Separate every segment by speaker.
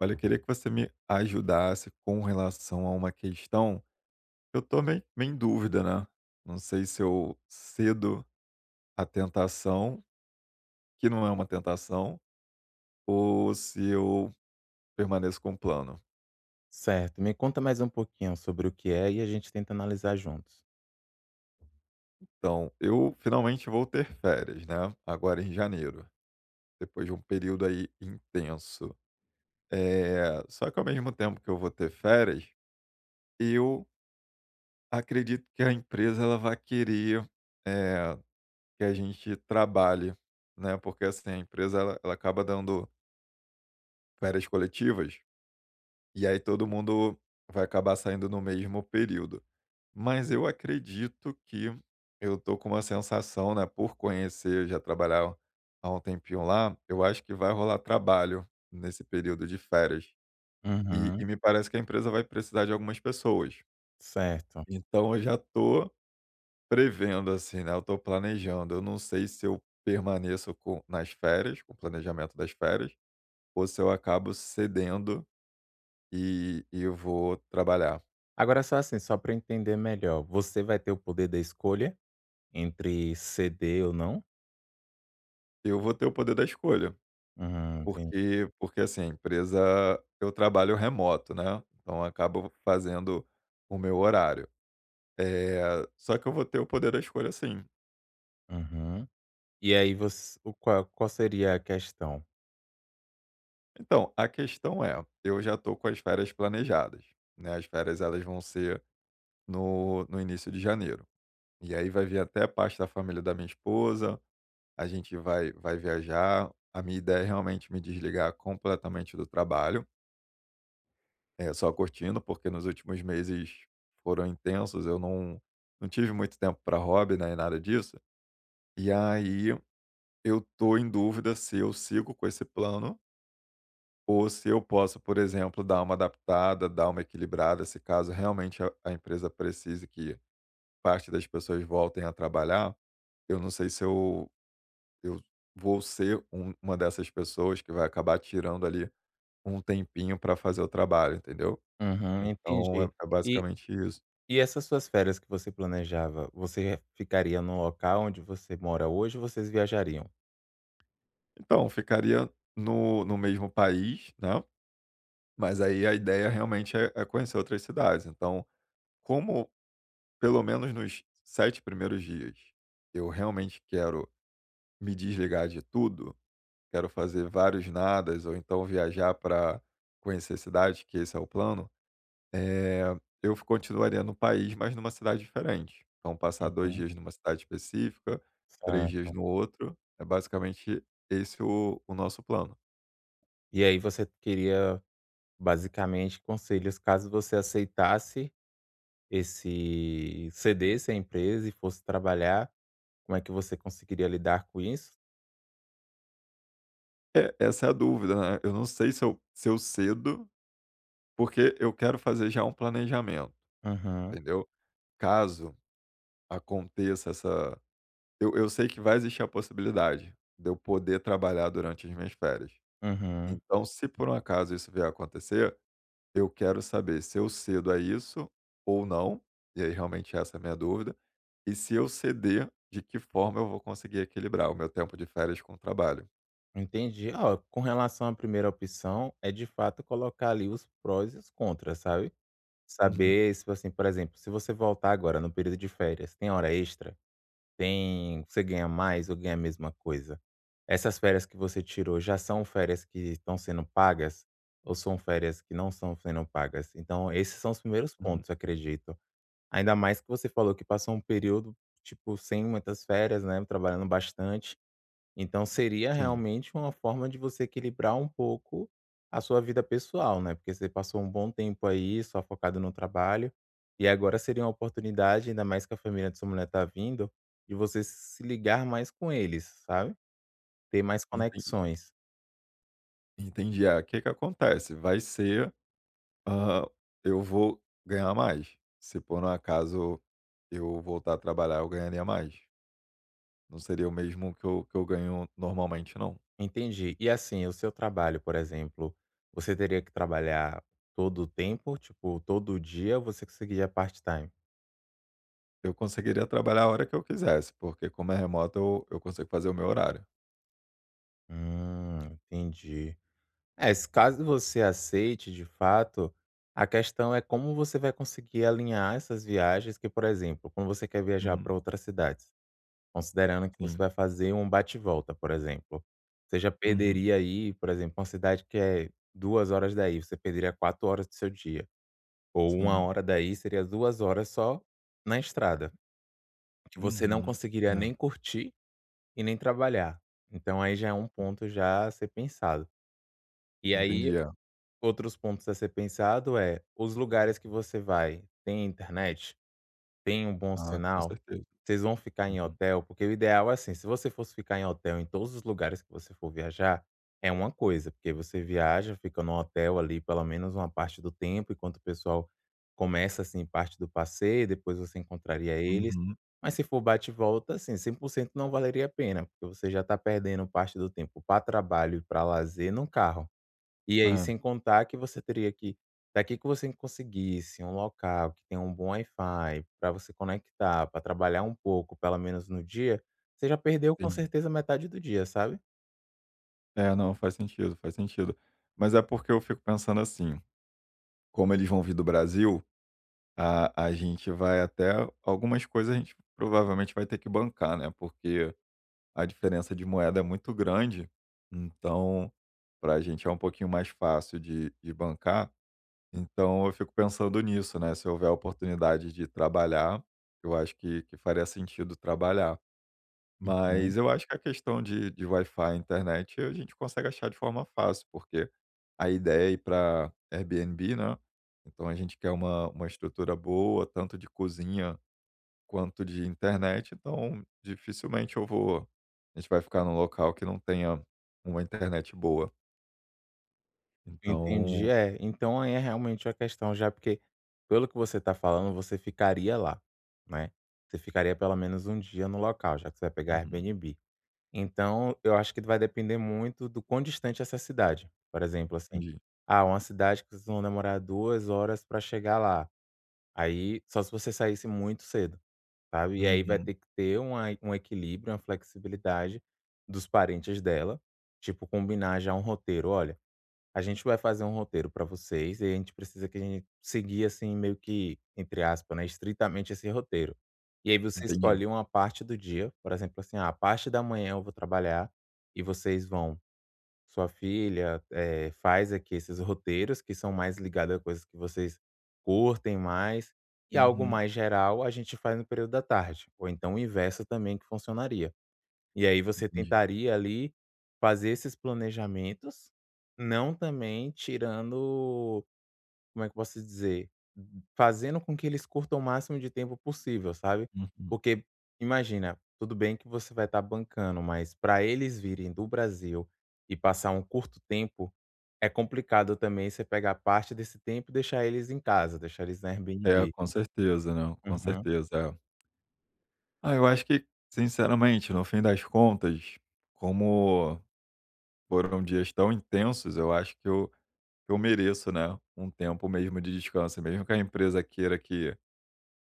Speaker 1: Olha, eu queria que você me ajudasse com relação a uma questão que eu tô meio em dúvida, né? Não sei se eu cedo à tentação, que não é uma tentação, ou se eu permaneço com o plano.
Speaker 2: Certo, me conta mais um pouquinho sobre o que é e a gente tenta analisar juntos.
Speaker 1: Então, eu finalmente vou ter férias, né? Agora em janeiro, depois de um período aí intenso. É, só que ao mesmo tempo que eu vou ter férias, eu acredito que a empresa ela vai querer eh, que a gente trabalhe, né, porque, assim, a empresa ela acaba dando férias coletivas, e aí todo mundo vai acabar saindo no mesmo período. Mas eu acredito que eu tô com uma sensação, né, por conhecer, já trabalhar há um tempinho lá, eu acho que vai rolar trabalho nesse período de férias. E
Speaker 2: Uhum,
Speaker 1: e me parece que a empresa vai precisar de algumas pessoas.
Speaker 2: certo.
Speaker 1: Então eu já tô prevendo, assim, né, eu tô planejando. Eu não sei se eu permaneço com nas férias, com o planejamento das férias, ou se eu acabo cedendo e eu vou trabalhar.
Speaker 2: Agora só assim, só para entender melhor, você vai ter o poder da escolha entre ceder ou não?
Speaker 1: Eu vou ter o poder da escolha,
Speaker 2: Uhum, entendi.
Speaker 1: porque, assim, a empresa eu trabalho remoto, né, então eu acabo fazendo o meu horário. Só que eu vou ter o poder da escolha, sim.
Speaker 2: Uhum. E aí você, qual seria a questão?
Speaker 1: Então, a questão é, eu já tô com as férias planejadas, né, as férias elas vão ser no início de janeiro. E aí vai vir até parte da família da minha esposa, a gente vai viajar. A minha ideia é realmente me desligar completamente do trabalho, só curtindo, porque nos últimos meses foram intensos, eu não tive muito tempo para hobby, né, e nada disso. E aí eu tô em dúvida se eu sigo com esse plano ou se eu posso, por exemplo, dar uma adaptada, dar uma equilibrada, se caso realmente a empresa precise que parte das pessoas voltem a trabalhar, eu não sei se eu vou ser uma dessas pessoas que vai acabar tirando ali um tempinho para fazer o trabalho, entendeu?
Speaker 2: Uhum,
Speaker 1: Então é
Speaker 2: entendi.
Speaker 1: é
Speaker 2: E,
Speaker 1: basicamente isso.
Speaker 2: e essas suas férias que você planejava, você ficaria no local onde você mora hoje ou vocês viajariam?
Speaker 1: Então, ficaria no mesmo país, né, mas aí a ideia realmente é conhecer outras cidades. Então, como pelo menos nos 7 primeiros dias, eu realmente quero me desligar de tudo, quero fazer vários nadas ou então viajar para conhecer cidades, que esse é o plano. Eh, eu continuaria no país, mas numa cidade diferente. Então passar 2
Speaker 2: Uhum,
Speaker 1: dias numa cidade específica, 3 dias
Speaker 2: certo.
Speaker 1: no outro, é basicamente esse o nosso plano.
Speaker 2: E aí você queria basicamente conselhos, caso você aceitasse esse cedesse a empresa e fosse trabalhar, como é que você conseguiria lidar com isso?
Speaker 1: É, essa é a dúvida, né, eu não sei se eu cedo, porque eu quero fazer já um planejamento,
Speaker 2: Uhum,
Speaker 1: entendeu. Caso aconteça essa eu sei que vai existir a possibilidade de eu poder trabalhar durante as minhas férias.
Speaker 2: uhum.
Speaker 1: Então se por um acaso isso vier a acontecer, eu quero saber se eu cedo a isso ou não, e aí realmente essa é a minha dúvida, e se eu ceder, de que forma eu vou conseguir equilibrar o meu tempo de férias com o trabalho.
Speaker 2: Entendi. Ó, com relação à primeira opção, é de fato colocar ali os prós e os contras, sabe?
Speaker 1: Uhum,
Speaker 2: Saber se, assim, por exemplo, se você voltar agora no período de férias, tem hora extra? Tem, você ganha mais ou ganha a mesma coisa? Essas férias que você tirou já são férias que estão sendo pagas ou são férias que não são sendo pagas? Então esses são os primeiros
Speaker 1: uhum,
Speaker 2: pontos, acredito. Ainda mais que você falou que passou um período, tipo, sem muitas férias, né, trabalhando bastante. Então seria
Speaker 1: sim.
Speaker 2: realmente uma forma de você equilibrar um pouco a sua vida pessoal, né, porque você passou um bom tempo aí só focado no trabalho, e agora seria uma oportunidade, ainda mais que a família de sua mulher tá vindo, de você se ligar mais com eles, sabe, ter mais
Speaker 1: Entendi.
Speaker 2: conexões.
Speaker 1: Entendi. É, o que que acontece? Vai ser, ah, eu vou ganhar mais. Se por um acaso eu voltar a trabalhar, eu ganharia mais. Não seria o mesmo que eu ganho normalmente, não.
Speaker 2: Entendi. E assim, o seu trabalho, por exemplo, você teria que trabalhar todo o tempo? Tipo, todo dia, ou você conseguiria part-time?
Speaker 1: Eu conseguiria trabalhar a hora que eu quisesse, porque como é remoto eu consigo fazer o meu horário.
Speaker 2: Entendi. É, se caso você aceite de fato, a questão é como você vai conseguir alinhar essas viagens que, por exemplo, quando você quer viajar
Speaker 1: Uhum.
Speaker 2: para outras cidades, considerando que você
Speaker 1: Sim.
Speaker 2: vai fazer um bate volta, por exemplo, você já
Speaker 1: Uhum.
Speaker 2: perderia aí, por exemplo, uma cidade que é 2 horas daí, você perderia 4 horas do seu dia, ou uma
Speaker 1: Sim.
Speaker 2: hora daí seria 2 horas só na estrada, que você não
Speaker 1: Uhum.
Speaker 2: conseguiria
Speaker 1: Não,
Speaker 2: nem curtir e nem trabalhar. Então aí já é um ponto já a ser pensado. E aí
Speaker 1: entendi, é.
Speaker 2: Outros pontos a ser pensado é, os lugares que você vai, tem internet? Tem um bom
Speaker 1: Ah, com
Speaker 2: sinal?
Speaker 1: certeza.
Speaker 2: Vocês vão ficar em
Speaker 1: Uhum.
Speaker 2: hotel? Porque o ideal é assim, se você fosse ficar em hotel em todos os lugares que você for viajar, é uma coisa, porque você viaja, fica no hotel ali pelo menos uma parte do tempo, enquanto o pessoal começa, assim, parte do passeio, depois você encontraria eles.
Speaker 1: Uhum.
Speaker 2: Mas se for bate e volta, assim, 100% não valeria a pena, porque você já está perdendo parte do tempo para trabalho e para lazer num carro. E aí,
Speaker 1: É,
Speaker 2: sem contar que você teria que, daqui que você conseguisse um local que tenha um bom Wi-Fi pra você conectar, para trabalhar um pouco, pelo menos no dia, você já perdeu com
Speaker 1: entendi.
Speaker 2: certeza metade do dia, sabe.
Speaker 1: É, não, faz sentido, faz sentido. Mas é porque eu fico pensando assim, como eles vão vir do Brasil, a gente vai até algumas coisas a gente provavelmente vai ter que bancar, né, porque a diferença de moeda é muito grande, então para a gente é um pouquinho mais fácil de bancar. Então eu fico pensando nisso, né, se houver a oportunidade de trabalhar, eu acho que faria sentido trabalhar.
Speaker 2: Aham.
Speaker 1: Mas eu acho que a questão de Wi-Fi e internet a gente consegue achar de forma fácil, porque a ideia é ir pra Airbnb, né, então a gente quer uma estrutura boa, tanto de cozinha quanto de internet, então dificilmente eu vou a gente vai ficar num local que não tenha uma internet boa.
Speaker 2: Entendi,
Speaker 1: Então
Speaker 2: é, então aí é realmente uma questão já porque, pelo que você tá falando, você ficaria lá, né. Você ficaria pelo menos um dia no local, já que você vai pegar
Speaker 1: uhum,
Speaker 2: Airbnb. Então, eu acho que vai depender muito do quão distante é essa cidade. Por exemplo, assim,
Speaker 1: entendi.
Speaker 2: ah, uma cidade que vocês vão demorar 2 horas para chegar lá, aí só se você saísse muito cedo, sabe. E aí vai
Speaker 1: Uhum,
Speaker 2: ter que ter uma um equilíbrio, uma flexibilidade dos parentes dela, tipo combinar já um roteiro: "Olha, a gente vai fazer um roteiro para vocês e a gente precisa que a gente seguir, assim, meio que, entre aspas, né, estritamente esse roteiro." E aí você
Speaker 1: entendi.
Speaker 2: escolhe uma parte do dia, por exemplo, assim: "Ah, a parte da manhã eu vou trabalhar e vocês vão sua filha, faz aqui esses roteiros que são mais ligados a coisas que vocês curtem mais, e algo
Speaker 1: Uhum.
Speaker 2: mais geral a gente faz no período da tarde", ou então o inverso também que funcionaria. E aí você
Speaker 1: Entendi.
Speaker 2: tentaria ali fazer esses planejamentos, não também tirando, como é que eu posso dizer? Fazendo com que eles curtam o máximo de tempo possível, sabe?
Speaker 1: Uhum.
Speaker 2: Porque imagina, tudo bem que você vai estar bancando, mas para eles virem do Brasil e passar um curto tempo, é complicado também você pegar parte desse tempo e deixar eles em casa, deixar eles na
Speaker 1: É,
Speaker 2: Airbnb.
Speaker 1: com certeza, né, com
Speaker 2: Uhum,
Speaker 1: certeza, é. Ah, eu acho que, sinceramente, no fim das contas, como foram dias tão intensos, eu acho que eu mereço, né, um tempo mesmo de descanso. E mesmo que a empresa queira que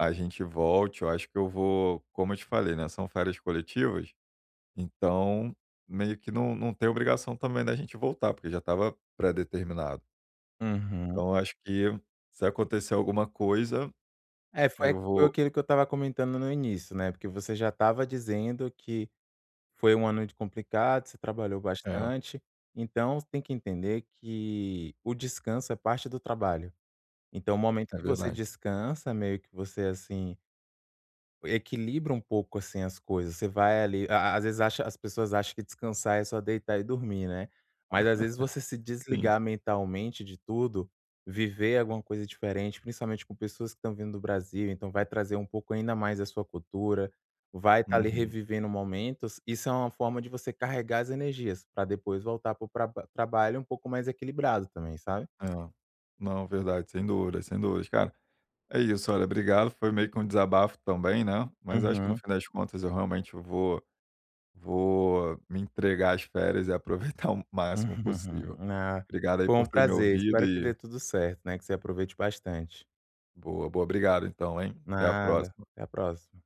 Speaker 1: a gente volte, eu acho que eu vou como eu te falei, né, são férias coletivas, então meio que não tem obrigação também da gente voltar, porque já estava pré-determinado.
Speaker 2: uhum.
Speaker 1: Então eu acho que se acontecer alguma coisa,
Speaker 2: É, foi
Speaker 1: eu
Speaker 2: foi
Speaker 1: vou
Speaker 2: aquilo que eu estava comentando no início, né, porque você já estava dizendo que foi um ano de complicado, você trabalhou
Speaker 1: é,
Speaker 2: bastante, então tem que entender que o descanso é parte do trabalho. Então o momento
Speaker 1: é
Speaker 2: que você
Speaker 1: verdade.
Speaker 2: descansa, meio que você, assim, equilibra um pouco, assim, as coisas. Você vai ali a às vezes acha as pessoas acham que descansar é só deitar e dormir, né. Mas às vezes você se
Speaker 1: Sim.
Speaker 2: desligar mentalmente de tudo, viver alguma coisa diferente, principalmente com pessoas que estão vindo do Brasil, então vai trazer um pouco ainda mais da sua cultura, vai estar ali
Speaker 1: Uhum.
Speaker 2: revivendo momentos. Isso é uma forma de você carregar as energias para depois voltar para o trabalho um pouco mais equilibrado também, sabe?
Speaker 1: É. Não, verdade, sem dúvidas, sem dúvidas. Cara, é isso, olha, obrigado, foi meio que um desabafo também, né, mas acho que no
Speaker 2: Uhum.
Speaker 1: fim das contas eu realmente vou vou me entregar às férias e aproveitar o máximo possível.
Speaker 2: Uhum. Ah,
Speaker 1: Obrigado aí
Speaker 2: foi um
Speaker 1: por ter me
Speaker 2: prazer.
Speaker 1: ouvido
Speaker 2: Espero que
Speaker 1: e
Speaker 2: dê tudo certo, né, que você aproveite bastante.
Speaker 1: boa, boa. Obrigado então, hein. Até a
Speaker 2: Nada,
Speaker 1: próxima.
Speaker 2: até a próxima.